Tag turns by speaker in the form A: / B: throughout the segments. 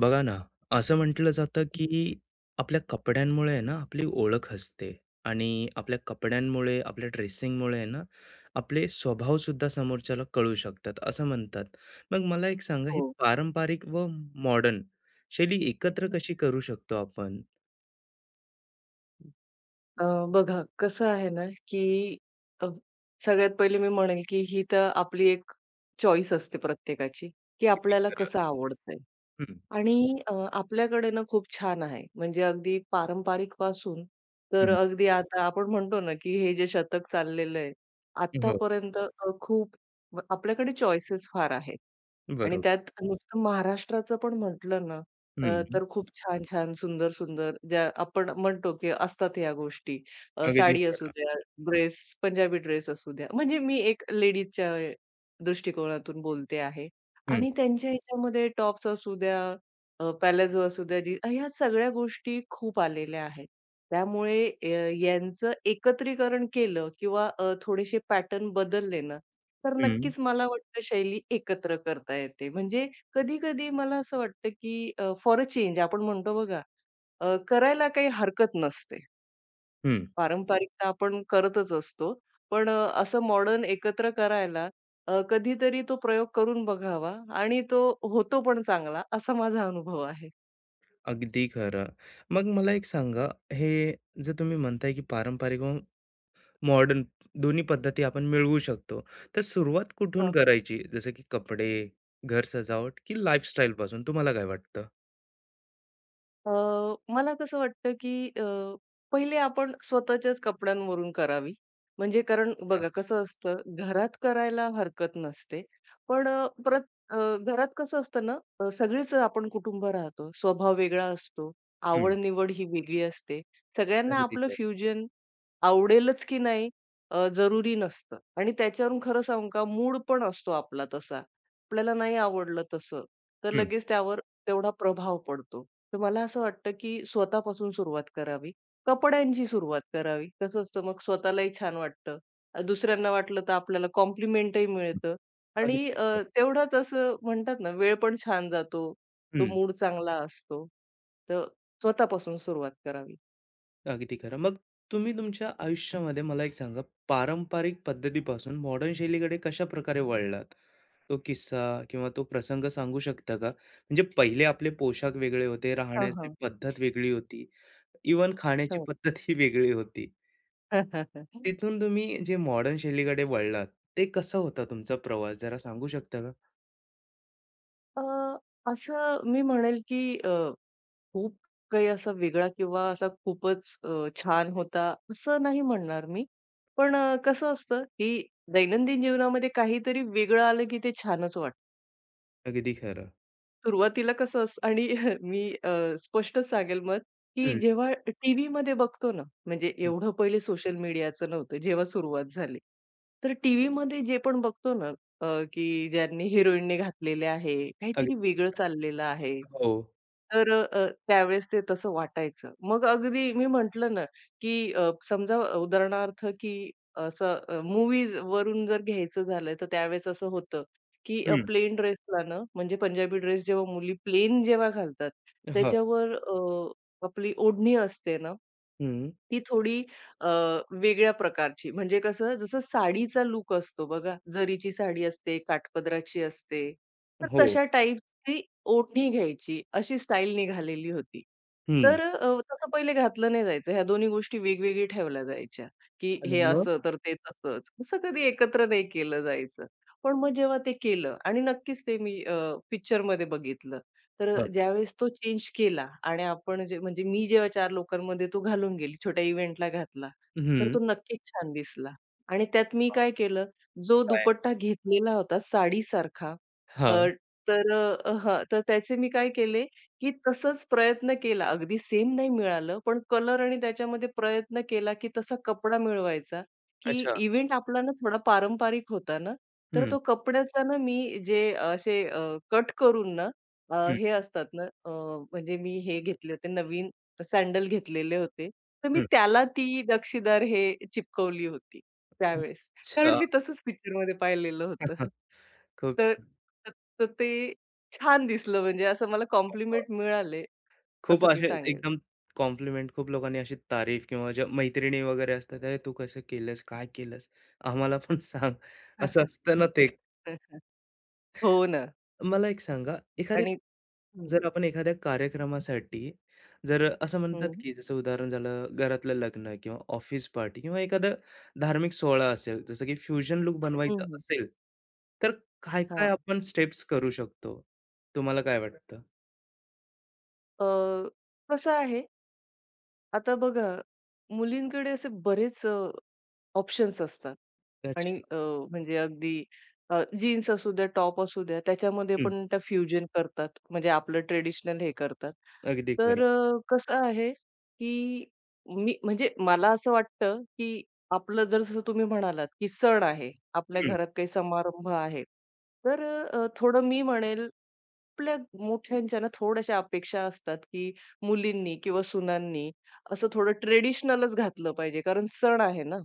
A: बघा ना, असं म्हटलं जातं की आपल्या कपड्यांमुळे आहे ना आपली ओळख असते आणि आपल्या कपड्यांमुळे, आपल्या ड्रेसिंगमुळे आहे ना आपले स्वभाव सुद्धा समोरच्याला कळू शकतात, असं म्हणतात. मग मला एक सांगा, ही
B: हो.
A: पारंपरिक व मॉडर्न शैली एकत्र कशी करू शकतो आपण?
B: अ, बघा कसं आहे ना, की अ, सगळ्यात पहिले मी म्हणेल, की ही तर आपली एक चॉईस असते प्रत्येकाची, की
A: अगदी
B: आपल्याला
A: खरं.
B: कसं आवडतंय
A: हं,
B: आणि आपल्याकडे ना खूप छान आहे. म्हणजे अगदी पारंपरिकपासून तर
A: हं.
B: अगदी आता आपण म्हणतो ना, की हे जे शतक चाललेलं आहे
A: हो,
B: आत्तापर्यंत खूप आपल्याकडे चॉईसेस फार आहेत. आणि
A: बरोबर.
B: त्यात नुसतं महाराष्ट्राचं पण म्हटलं ना,
A: हं,
B: तर खूप छान-छान, सुंदर-सुंदर ज्या आपण म्हणतो, की असतात या गोष्टी.
A: अगदी
B: साडी असू
A: खरं.
B: द्या, ड्रेस, पंजाबी ड्रेस असू द्या. म्हणजे मी एक लेडीजच्या दृष्टिकोनातून बोलते आहे.
A: हं,
B: आणि त्यांच्या ह्याच्यामध्ये टॉप्स असू द्या, अ, असू द्या, जी ह्या सगळ्या गोष्टी खूप आलेल्या आहेत. त्यामुळे यांचं एकत्रीकरण केलं किंवा थोडेसे पॅटर्न बदलले ना, तर
A: हं,
B: नक्कीच मला वाटतं शैली एकत्र करता येते. म्हणजे कधी-कधी मला असं वाटतं, की फॉर अ चेंज आपण म्हणतो बघा, करायला काही हरकत नसते.
A: हं.
B: पारंपरिकता आपण करतच असतो. पण असं मॉडर्न एकत्र करायला कधीतरी तो प्रयोग करून बघावा आणि तो होतो पण चांगला असा माझा अनुभव आहे.
A: अगदी खरं. मग मला एक सांगा, हे जे तुम्ही म्हणताय की पारंपरिक व मॉडर्न दोन्ही पद्धती आपण मिळवू शकतो. तर सुरुवात कुठून करायची? जसं की कपडे, घर सजावट की लाईफस्टाईल पासून तुम्हाला काय वाटतं?
B: अ, मला कसं वाटतं, की पहिले आपण स्वतःच्याच कपड्यांवरून करावी. म्हणजे कारण
A: हां.
B: बघा कसं असतं, घरात करायला हरकत नसते. पण परत अ, घरात कसं असतं ना, सगळीच आपण कुटुंब राहतो. स्वभाव वेगळा असतो.
A: हं.
B: आवड-निवड ही वेगळी असते. सगळ्यांना
A: अगदी
B: आपलं
A: खरं.
B: फ्युजन आवडेलच की नाही जरुरी नसतं. आणि त्याच्यावरून खरं सांगू का मूड पण असतो आपला तसा. आपल्याला नाही आवडलं तसं, तर
A: हं.
B: लगेच त्यावर तेवढा प्रभाव पडतो. तर मला असं वाटतं, की स्वतःपासून सुरुवात करावी. कपड्यांची सुरुवात करावी. कसं असतं मग स्वतःलाही छान वाटतं. दुसऱ्यांना वाटलं तर आपल्याला कॉम्प्लिमेंटही मिळतं आणि
A: अगदी खरं.
B: तेवढाच असं म्हणतात ना, वेळ पण छान जातो. तो
A: हं.
B: मूड चांगला असतो. तर स्वतःपासून सुरुवात करावी.
A: अगदी खरं. मग तुम्ही तुमच्या आयुष्यामध्ये मला एक सांगा, पारंपरिक पद्धतीपासून मॉडर्न शैलीकडे कशाप्रकारे वळलात? तो किस्सा किंवा तो प्रसंग सांगू शकता का? म्हणजे पहिले आपले पोशाख वेगळे होते,
B: हां,
A: राहण्याची
B: हां.
A: पद्धत वेगळी होती, इव्हन खाण्याची
B: हो.
A: पद्धत ही वेगळी होती. तिथून तुम्ही जे मॉडर्न शैलीकडे वळलात, ते कसं होता तुमचा प्रवास जरा सांगू शकता का?
B: अ, असं मी म्हणेल, की खूप काही असा वेगळा किंवा असा खूपच छान होता, असं नाही म्हणणार मी. पण कसं असतं, की दैनंदिन जीवनामध्ये काहीतरी वेगळं आलं, की ते छानच वाटतं.
A: अगदी खरं.
B: सुरुवातीला कसं असं आणि मी स्पष्टच सांगेल मत, की
A: हं,
B: जेव्हा टीव्हीमध्ये बघतो ना, म्हणजे
A: हं.
B: एवढं पहिले सोशल मीडियाचं नव्हतं, जेव्हा सुरुवात झाली. तर टीव्हीमध्ये जे पण बघतो ना, की ज्यांनी हिरोईनने घातलेले आहे,
A: अग
B: काहीतरी वेगळं चाललेलं आहे.
A: हो.
B: तर त्यावेळेस ते तसं वाटायचं. मग अगदी मी म्हटलं ना, की समजा उदाहरणार्थ, की असं मूव्हीजवरून जर घ्यायचं झालं, तर त्यावेळेस असं होतं, की
A: हं.
B: प्लेन ड्रेसला ना, म्हणजे पंजाबी ड्रेस जेव्हा मुली प्लेन जेव्हा घालतात,
A: हं,
B: त्याच्यावर आपली ओढणी असते ना,
A: हं.
B: ती थोडी अ, वेगळ्या प्रकारची म्हणजे कसं जसं साडीचा लूक असतो बघा, जरीची साडी असते, काठपदराची असते, तर
A: हो.
B: तशा टाईपची ओढणी घ्यायची अशी स्टाईल निघालेली होती.
A: हं.
B: तर तसं पहिले घातलं नाही जायचं. ह्या दोन्ही गोष्टी वेगवेगळी ठेवल्या जायच्या, की
A: आणि
B: हे
A: मग?
B: असं तर ते तसंच. असं कधी एकत्र नाही केलं जायचं. पण मग जेव्हा ते केलं आणि नक्कीच ते मी पिक्चरमध्ये बघितलं तर
A: हं.
B: ज्यावेळेस तो चेंज केला आणि आपण जे म्हणजे मी जेव्हा 4 लोकांमध्ये तो घालून गेली, छोट्या इव्हेंटला घातला, तर
A: हं.
B: तो नक्कीच छान दिसला. आणि त्यात मी काय केलं, जो
A: काय?
B: दुपट्टा घेतलेला होता साडीसारखा अ,
A: हां.
B: तर हां, तर त्याचे मी काय केले, की तसंच प्रयत्न केला. अगदी सेम नाही मिळालं, पण कलर आणि त्याच्यामध्ये प्रयत्न केला, की तसा कपडा मिळवायचा, की
A: अच्छा.
B: इव्हेंट आपला ना थोडा पारंपरिक होता ना, तर
A: हं,
B: तो कपड्याचा ना मी जे असे कट करून ना
A: हं,
B: हे असतात ना म्हणजे मी हे घेतले होते नवीन सँडल घेतलेले होते. तर मी
A: हं.
B: त्याला ती नक्षीदार हे चिपकवली होती त्यावेळेस. कारण
A: अच्छा.
B: मी तसंच पिक्चरमध्ये पाहिलेलं होतं.
A: खूप
B: तर
A: छान.
B: त तर ते छान दिसलं म्हणजे असं मला कॉम्प्लिमेंट मिळाले
A: खूप
B: असं मी
A: असे
B: सांगेल.
A: एकदम कॉम्प्लिमेंट खूप लोकांनी अशी तारीफ किंवा ज्या मैत्रिणी वगैरे असतात, "अरे, तू कसं केलंस? काय केलंस? आम्हाला पण सांग." असं असतं ना ते.
B: हो ना.
A: मला एक सांगा, एखाद्या
B: आणि हं,
A: जर आपण एखाद्या कार्यक्रमासाठी जर असं म्हणतात,
B: हं,
A: की जसं उदाहरण झालं घरातलं लग्न किंवा ऑफिस पार्टी किंवा एखादा धार्मिक सोहळा असेल, जसं की फ्युजन लूक
B: हं,
A: बनवायचा
B: हं.
A: असेल, तर काय-काय आपण स्टेप्स करू शकतो? तुम्हाला काय वाटतं?
B: अ, कसं आहे आता बघा मुलींकडे असे बरेच ऑप्शन्स असतात. आणि
A: अच्छा.
B: म्हणजे अगदी जीन्स असू द्या, टॉप असू द्या, त्याच्यामध्ये
A: हं.
B: पण त्या फ्युजन करतात. म्हणजे आपलं ट्रेडिशनल हे करतात.
A: अगदी खरं.
B: तर कसं आहे, की मी म्हणजे मला असं वाटतं, की आपलं जर जसं तुम्ही म्हणालात, की सण आहे, आपल्या
A: हं,
B: घरात काही समारंभ आहे. तर थोडं मी म्हणेल, आपल्या मोठ्यांच्या ना थोड्याशा अपेक्षा असतात, की मुलींनी किंवा सुनांनी असं थोडं ट्रेडिशनलच घातलं पाहिजे. कारण सण आहे ना.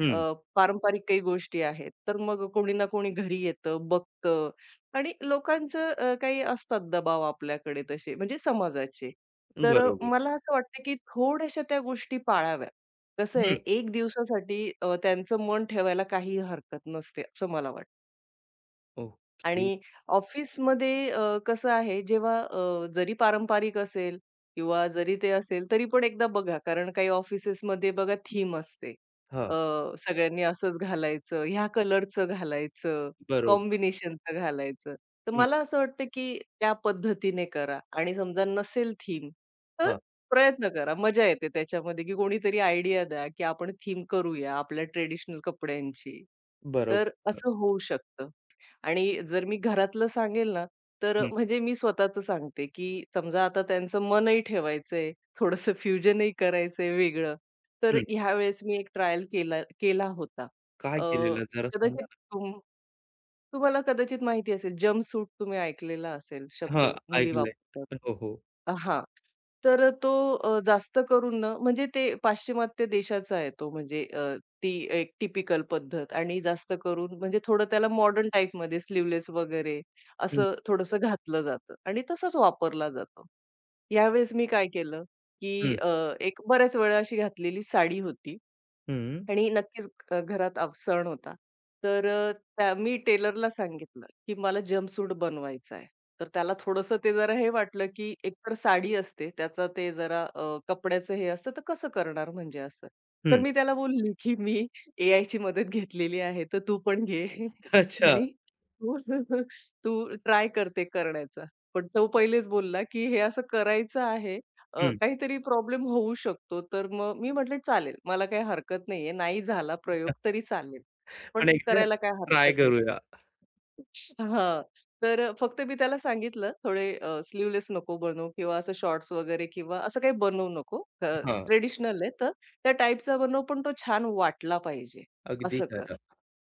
A: हं.
B: पारंपरिक काही गोष्टी आहेत. तर मग कोणी ना कोणी घरी येतं, बघतं आणि लोकांचं काही असतात दबाव आपल्याकडे तसे म्हणजे समाजाचे. तर
A: बरोबर.
B: मला असं वाटतं की थोड्याशा त्या गोष्टी पाळाव्या. कसं आहे,
A: हं.
B: 1 दिवसासाठी त्यांचं मन ठेवायला काहीही हरकत नसते, असं मला वाटतं. आणि
A: ओके.
B: ऑफिसमध्ये कसं आहे जेव्हा जरी पारंपरिक असेल किंवा जरी ते असेल तरी पण एकदा बघा, कारण काही ऑफिसेसमध्ये बघा थीम असते.
A: हां.
B: अ, सगळ्यांनी असंच घालायचं, ह्या कलरचं घालायचं,
A: बरोबर.
B: कॉम्बिनेशनचं घालायचं. तर
A: हं.
B: मला असं वाटतं, की त्या पद्धतीने करा आणि समजा नसेल थीम तर
A: हां.
B: प्रयत्न करा. मजा येते त्याच्यामध्ये, की कोणीतरी आयडिया द्या, की आपण थीम करूया आपल्या ट्रेडिशनल कपड्यांची. तर
A: बरोबर.
B: असं होऊ शकतं. आणि जर मी घरातलं सांगेल ना, तर
A: हं,
B: म्हणजे मी स्वतःचं सांगते, की समजा आता त्यांचं मनही ठेवायचंय, थोडंसं फ्युजनही करायचंय वेगळं. तर
A: हं.
B: ह्यावेळेस मी एक ट्रायल केला केला होता.
A: काय
B: अ,
A: केलेलं जरा
B: कदाचित
A: सांगा?
B: तुम तुम्हाला कदाचित माहिती असेल, जंपसूट तुम्ही ऐकलेला असेल शब्द,
A: हां,
B: मुली
A: ऐकलंय.
B: वापरतात.
A: हो, हो.
B: अ, तर तो जास्त करून ना म्हणजे ते पाश्चिमात्य देशाचा आहे तो म्हणजे ती एक टिपिकल पद्धत आणि जास्त करून म्हणजे थोडं त्याला मॉडर्न टाईपमध्ये स्लीव्हलेस वगैरे
A: हं,
B: असं थोडंसं घातलं जातं आणि तसंच वापरला जातो. यावेळेस मी काय केलं, की
A: हं.
B: एक बऱ्याच वेळा अशी घातलेली साडी होती.
A: हं,
B: आणि नक्कीच घरात अवसण होता. तर त्या मी टेलरला सांगितलं, की मला जंपसूट बनवायचा आहे. तर त्याला थोडंसं ते जरा हे वाटलं, की एकतर साडी असते, त्याचा ते जरा कपड्याचं हे असतं, तर कसं करणार म्हणजे असं. तर
A: हं.
B: मी त्याला बोलली, की "मी एआयची मदत घेतलेली आहे, तर तू पण घे
A: अच्छा.
B: आणि तू तू ट्राय कर करण्याचा." पण तो पहिलेच बोलला, की "हे असं करायचं आहे,
A: हं.
B: काहीतरी प्रॉब्लेम होऊ शकतो. तर मग मी म्हटलं, "चालेल, मला काही हरकत नाहीये. नाही झाला प्रयोग तरी चालेल, पण
A: पण एकदा
B: करायला काय
A: ट्राय
B: हरकत आहे?"
A: करूया.
B: हां. तर फक्त मी त्याला सांगितलं, "थोडे स्लीवलेस नको बनवू किंवा असं शॉर्ट्स वगैरे किंवा असं काही बनवू नको.
A: हां,
B: ट्रेडिशनल आहे, तर त्या टाईपचा बनव, पण तो छान वाटला पाहिजे.
A: अगदी
B: असं कर."
A: खरं.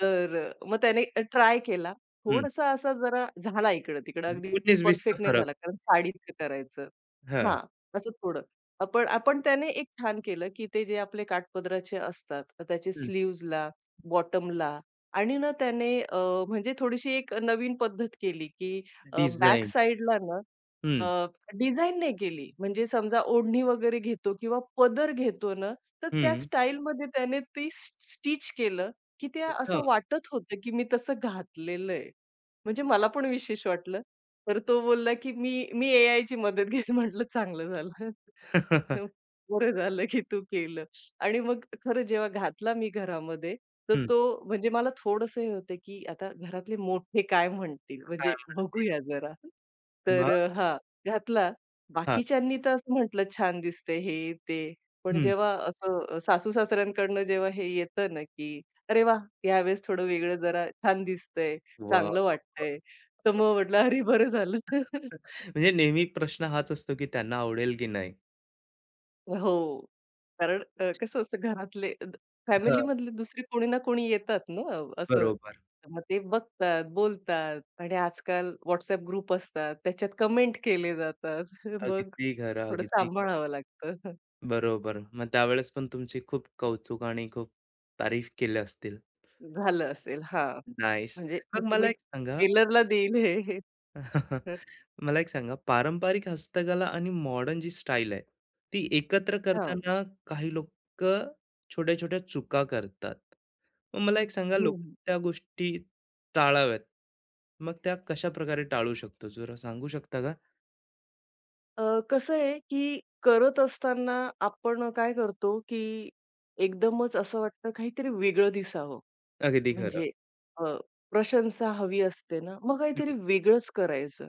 B: तर मग त्याने ट्राय केला.
A: हं.
B: थोडासा असा जरा झाला इकडं-तिकडं, अगदी
A: 19-20
B: परफेक्ट नाही
A: फरक.
B: झाला, कारण साडीचं करायचं.
A: हां.
B: हा, असं थोडं. आपण आपण त्याने एक छान केलं, की ते जे आपले काठपदराचे असतात, तर त्याचे
A: हं.
B: स्लीव्हजला, बॉटमला आणि ना त्याने म्हणजे थोडीशी एक नवीन पद्धत केली, की बॅक
A: डिझाइन.
B: साइडला ना
A: हं,
B: अ, नाही केली. म्हणजे समजा ओढणी वगैरे घेतो किंवा पदर घेतो ना, तर त्या स्टाईलमध्ये त्याने ती स्टिच केलं, की ते
A: अच्छा.
B: असं वाटत होतं, की मी तसं घातलेलं आहे. म्हणजे मला पण विशेष वाटलं तर तो बोलला, की "मी एआय ची मदत घेईन." म्हटलं चांगलं झालं. हं, बरं झालं, की तू केलं. आणि मग खरं जेव्हा घातला मी घरामध्ये, तर
A: हं.
B: तो म्हणजे मला थोडंसं हे होतं, की आता घरातले मोठे काय म्हणतील?
A: काय
B: म्हणजे बघूया जरा. तर
A: मग?
B: हां, घातला.
A: हां.
B: बाकीच्यांनी तर असं म्हटलं, "छान दिसते," हे, ते. पण
A: हं.
B: जेव्हा असं सासू-सासऱ्यांकडनं जेव्हा हे येतं ना, की "अरे वाह! यावेळेस थोडं वेगळं जरा छान दिसतंय,
A: वाह, वाह,
B: चांगलं
A: वाह!
B: वाटतंय." तर मग म्हटलं, "अरे बरं झालं."
A: म्हणजे नेहमी प्रश्न हाच असतो, की त्यांना आवडेल की नाही?
B: हो. कारण कसं असतं घरातले द
A: हां,
B: फॅमिलीमधले दुसरे कोणी ना कोणी येतात ना असं.
A: बरोबर.
B: तर मग ते बघतात, बोलतात आणि आजकाल WhatsApp ग्रुप असतात, त्याच्यात कमेंट केले जातात. मग
A: अगदी खरं,
B: थोडं
A: अगदी खरं.
B: सांभाळावं लागतं.
A: बरोबर. मग त्यावेळेस पण तुमची खूप कौतुक आणि खूप तारीफ केल्या असतील.
B: झालं असेल. हां,
A: नाईस.
B: म्हणजे
A: मग
B: तसं
A: मला
B: मी
A: एक सांगा
B: टेलरला देईल हे, हे. तर
A: मला एक सांगा, पारंपरिक हस्तकला आणि मॉडर्न जी स्टाईल आहे, ती एकत्र
B: हां.
A: करताना काही लोक, छोट्या-छोट्या चुका करतात. मग मला एक सांगा, लोक त्या गोष्टी टाळाव्यात. मग त्या कशाप्रकारे टाळू शकतो, जरा सांगू शकता का?
B: अ, कसं आहे, की करत असताना आपण काय करतो, की एकदमच असं वाटतं काहीतरी वेगळं दिसावं.
A: अगदी
B: म्हणजे
A: खरं.
B: अ, प्रशंसा हवी असते ना, मग
A: हं,
B: काहीतरी वेगळंच करायचं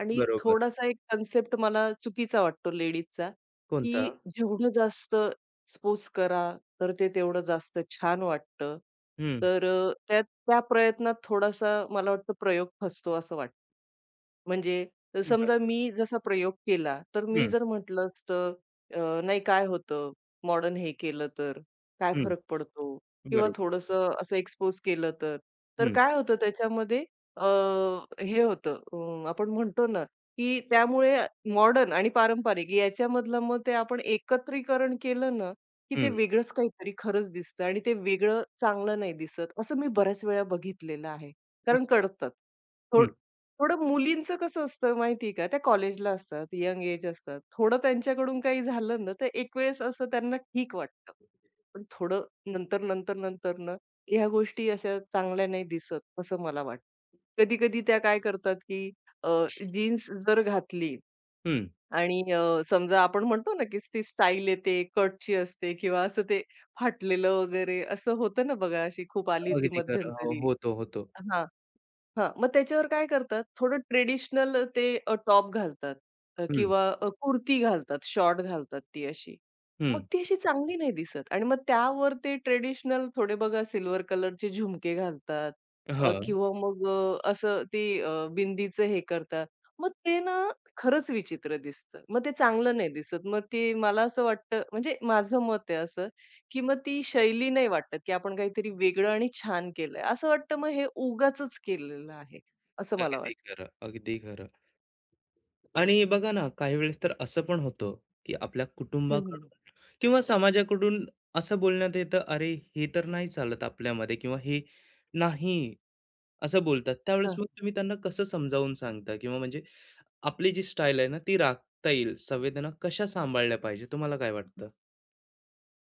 B: आणि
A: बरोबर.
B: थोडासा एक कन्सेप्ट मला चुकीचा वाटतो लेडीजचा,
A: कोणता?
B: की जेवढं जास्त एक्सपोज करा, तर ते तेवढं जास्त छान वाटतं.
A: हं,
B: तर त्यात त्या प्रयत्नात थोडासा मला वाटतं प्रयोग फसतो असं वाटतं. म्हणजे
A: बरोबर.
B: समजा मी जसा प्रयोग केला, तर मी
A: हं,
B: जर म्हटलं असतं, "नाही काय होतं मॉडर्न हे केलं तर? काय
A: हं,
B: फरक पडतो?" किंवा
A: बरोबर.
B: थोडंसं असं एक्सपोज केलं तर. तर
A: हं,
B: काय होतं त्याच्यामध्ये अ, हे होतं, आपण म्हणतो ना, की त्यामुळे मॉडर्न आणि पारंपरिक याच्यामधलं मग ते आपण एकत्रीकरण केलं ना, की ते
A: हं.
B: वेगळंच काहीतरी खरंच दिसतं आणि ते वेगळं चांगलं नाही दिसत. असं मी बऱ्याच वेळा बघितलेलं आहे. कारण
A: हां,
B: कळतात.
A: हं,
B: थोड थोडं मुलींचं कसं असतं माहिती आहे का, त्या कॉलेजला असतात, यंग एज असतात. थोडं त्यांच्याकडून काही झालं ना, तर एक वेळेस असं त्यांना ठीक वाटतं. पण थोडं नंतर, नंतर, नंतर ना, ह्या गोष्टी अशा चांगल्या नाही दिसत, असं मला वाटतं. कधी-कधी त्या काय करतात, की जीन्स जर घातली
A: हं.
B: आणि समजा आपण म्हणतो ना, की ती स्टाईल येते, कटची असते किंवा असं ते फाटलेलं वगैरे असं होतं ना बघा, अशी खूप आली होती
A: अगदी खरं. हो,
B: मध्यंतरी.
A: होतो, होतो.
B: हा हां, मग त्याच्यावर काय करतात थोडं ट्रेडिशनल ते टॉप घालतात अ,
A: हं,
B: किंवा अ, कुर्ती घालतात, शॉर्ट घालतात ती अशी.
A: हं.
B: मग ती अशी चांगली नाही दिसत आणि मग त्यावर ते ट्रेडिशनल थोडे बघा सिल्वर कलरचे झुमके घालतात अ,
A: हां,
B: किंवा मग अ, असं ती अ, बिंदीचं हे करतात. मग ते ना खरंच विचित्र दिसतं. मग ते चांगलं नाही दिसत. मग ते मला असं वाटतं म्हणजे माझं मत आहे असं, की मग ती शैली नाही वाटत, की आपण काहीतरी वेगळं आणि छान केलंय. असं वाटतं मग हे उगाचच केलेलं आहे, असं मला
A: अगदी
B: वाटतं.
A: खरं, अगदी खरं. आणि बघा ना, काही वेळेस तर असं पण होतं, की आपल्या कुटुंबाकडून किंवा समाजाकडून असं बोलण्यात येतं, "अरे, हे तर नाही चालत आपल्यामध्ये" किंवा "हे नाही," असं बोलतात. त्यावेळेस मग तुम्ही त्यांना कसं समजावून सांगता? किंवा म्हणजे आपली जी स्टाईल आहे ना, ती राखता येईल, संवेदना कशा सांभाळल्या पाहिजे, तुम्हाला काय वाटतं?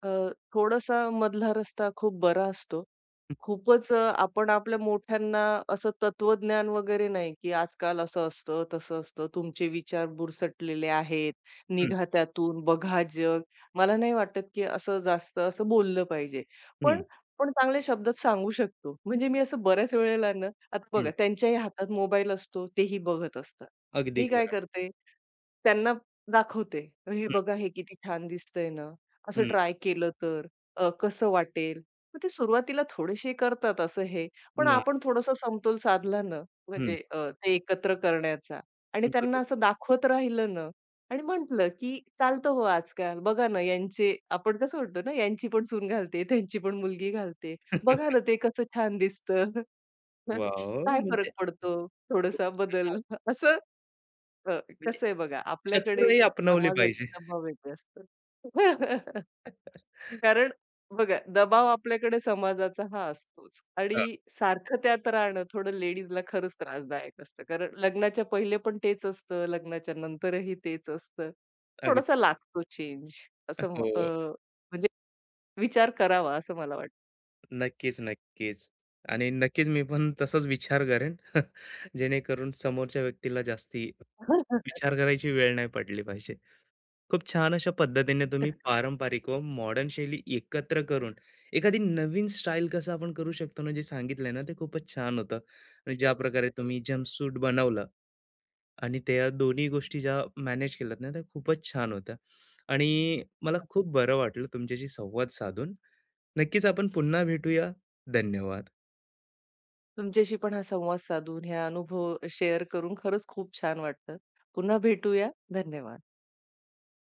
B: अ, थोडासा मधला रस्ता खूप बरा असतो. खूपच अ, आपण आपल्या मोठ्यांना असं तत्वज्ञान वगैरे नाही, की आजकाल असं असतं, तसं असतं, तुमचे विचार बुरसटलेले आहेत,
A: हं,
B: निघा त्यातून, बघा जग. मला नाही वाटत, की असं जास्त असं बोललं पाहिजे.
A: हं,
B: पण पण चांगल्या शब्दात सांगू शकतो. म्हणजे मी असं बऱ्याच वेळेला ना आता बघा
A: हं.
B: त्यांच्याही हातात मोबाईल असतो, तेही बघत असतात.
A: अगदी
B: मी काय
A: खरं.
B: करते, त्यांना दाखवते, "हे
A: हं,
B: बघा, हे किती छान दिसतंय ना." असं
A: हं.
B: ट्राय केलं तर कसं वाटेल? मग ते सुरुवातीला थोडेसे करतात असं हे, पण
A: ना
B: आपण थोडासा समतोल साधला ना,
A: हं.
B: म्हणजे ते एकत्र करण्याचा आणि
A: बरोबर.
B: त्यांना असं दाखवत राहिलं ना आणि म्हटलं, की चालतं हो आजकाल. बघा ना यांचे आपण कसं म्हणतो ना, यांची पण सून घालते, त्यांची पण मुलगी घालते. बघा ना ते कसं छान दिसतं.
A: वॉव!
B: काय फरक
A: म्हणजे
B: पडतो?
A: खूप
B: थोडासा बदल
A: छान.
B: असं अ,
A: म्हणजे
B: कसं आहे बघा, आपल्याकडे
A: चतुराई अपनावली
B: समाजाचे
A: पाहिजे.
B: दबाव वेगळे असतात. कारण बघा, दबाव आपल्याकडे समाजाचा हा असतोच
A: हां,
B: आणि सारखं त्यात राहणं थोडं लेडीजला खरंच त्रासदायक असतं. कारण लग्नाच्या पहिले पण तेच असतं, लग्नाच्या नंतरही तेच असतं. थोडासा
A: अगदी.
B: लागतो चेंज असं म अ,
A: हो.
B: म्हणजे विचार करावा असं मला वाटतं.
A: नक्कीच, नक्कीच. आणि नक्कीच मी पण तसाच विचार करेन. जेणेकरून समोरच्या व्यक्तीला जास्ती विचार करायची वेळ नाही पडली पाहिजे. खूप छान अशा पद्धतीने तुम्ही पारंपरिक व मॉडर्न शैली एकत्र करून एखादी नवीन स्टाईल कसं आपण करू शकतो ना, जे सांगितलंय ना, ते खूपच छान होतं. आणि ज्या प्रकारे तुम्ही जंपसूट बनवलं आणि त्या दोन्ही गोष्टी ज्या मॅनेज केल्यात ना, त्या खूपच छान होत्या. आणि मला खूप बरं वाटलं तुमच्याशी संवाद साधून. नक्कीच आपण पुन्हा भेटूया. धन्यवाद.
B: तुमच्याशी पण हा संवाद साधून, हे अनुभव शेअर करून खरंच खूप छान वाटलं. पुन्हा भेटूया. धन्यवाद.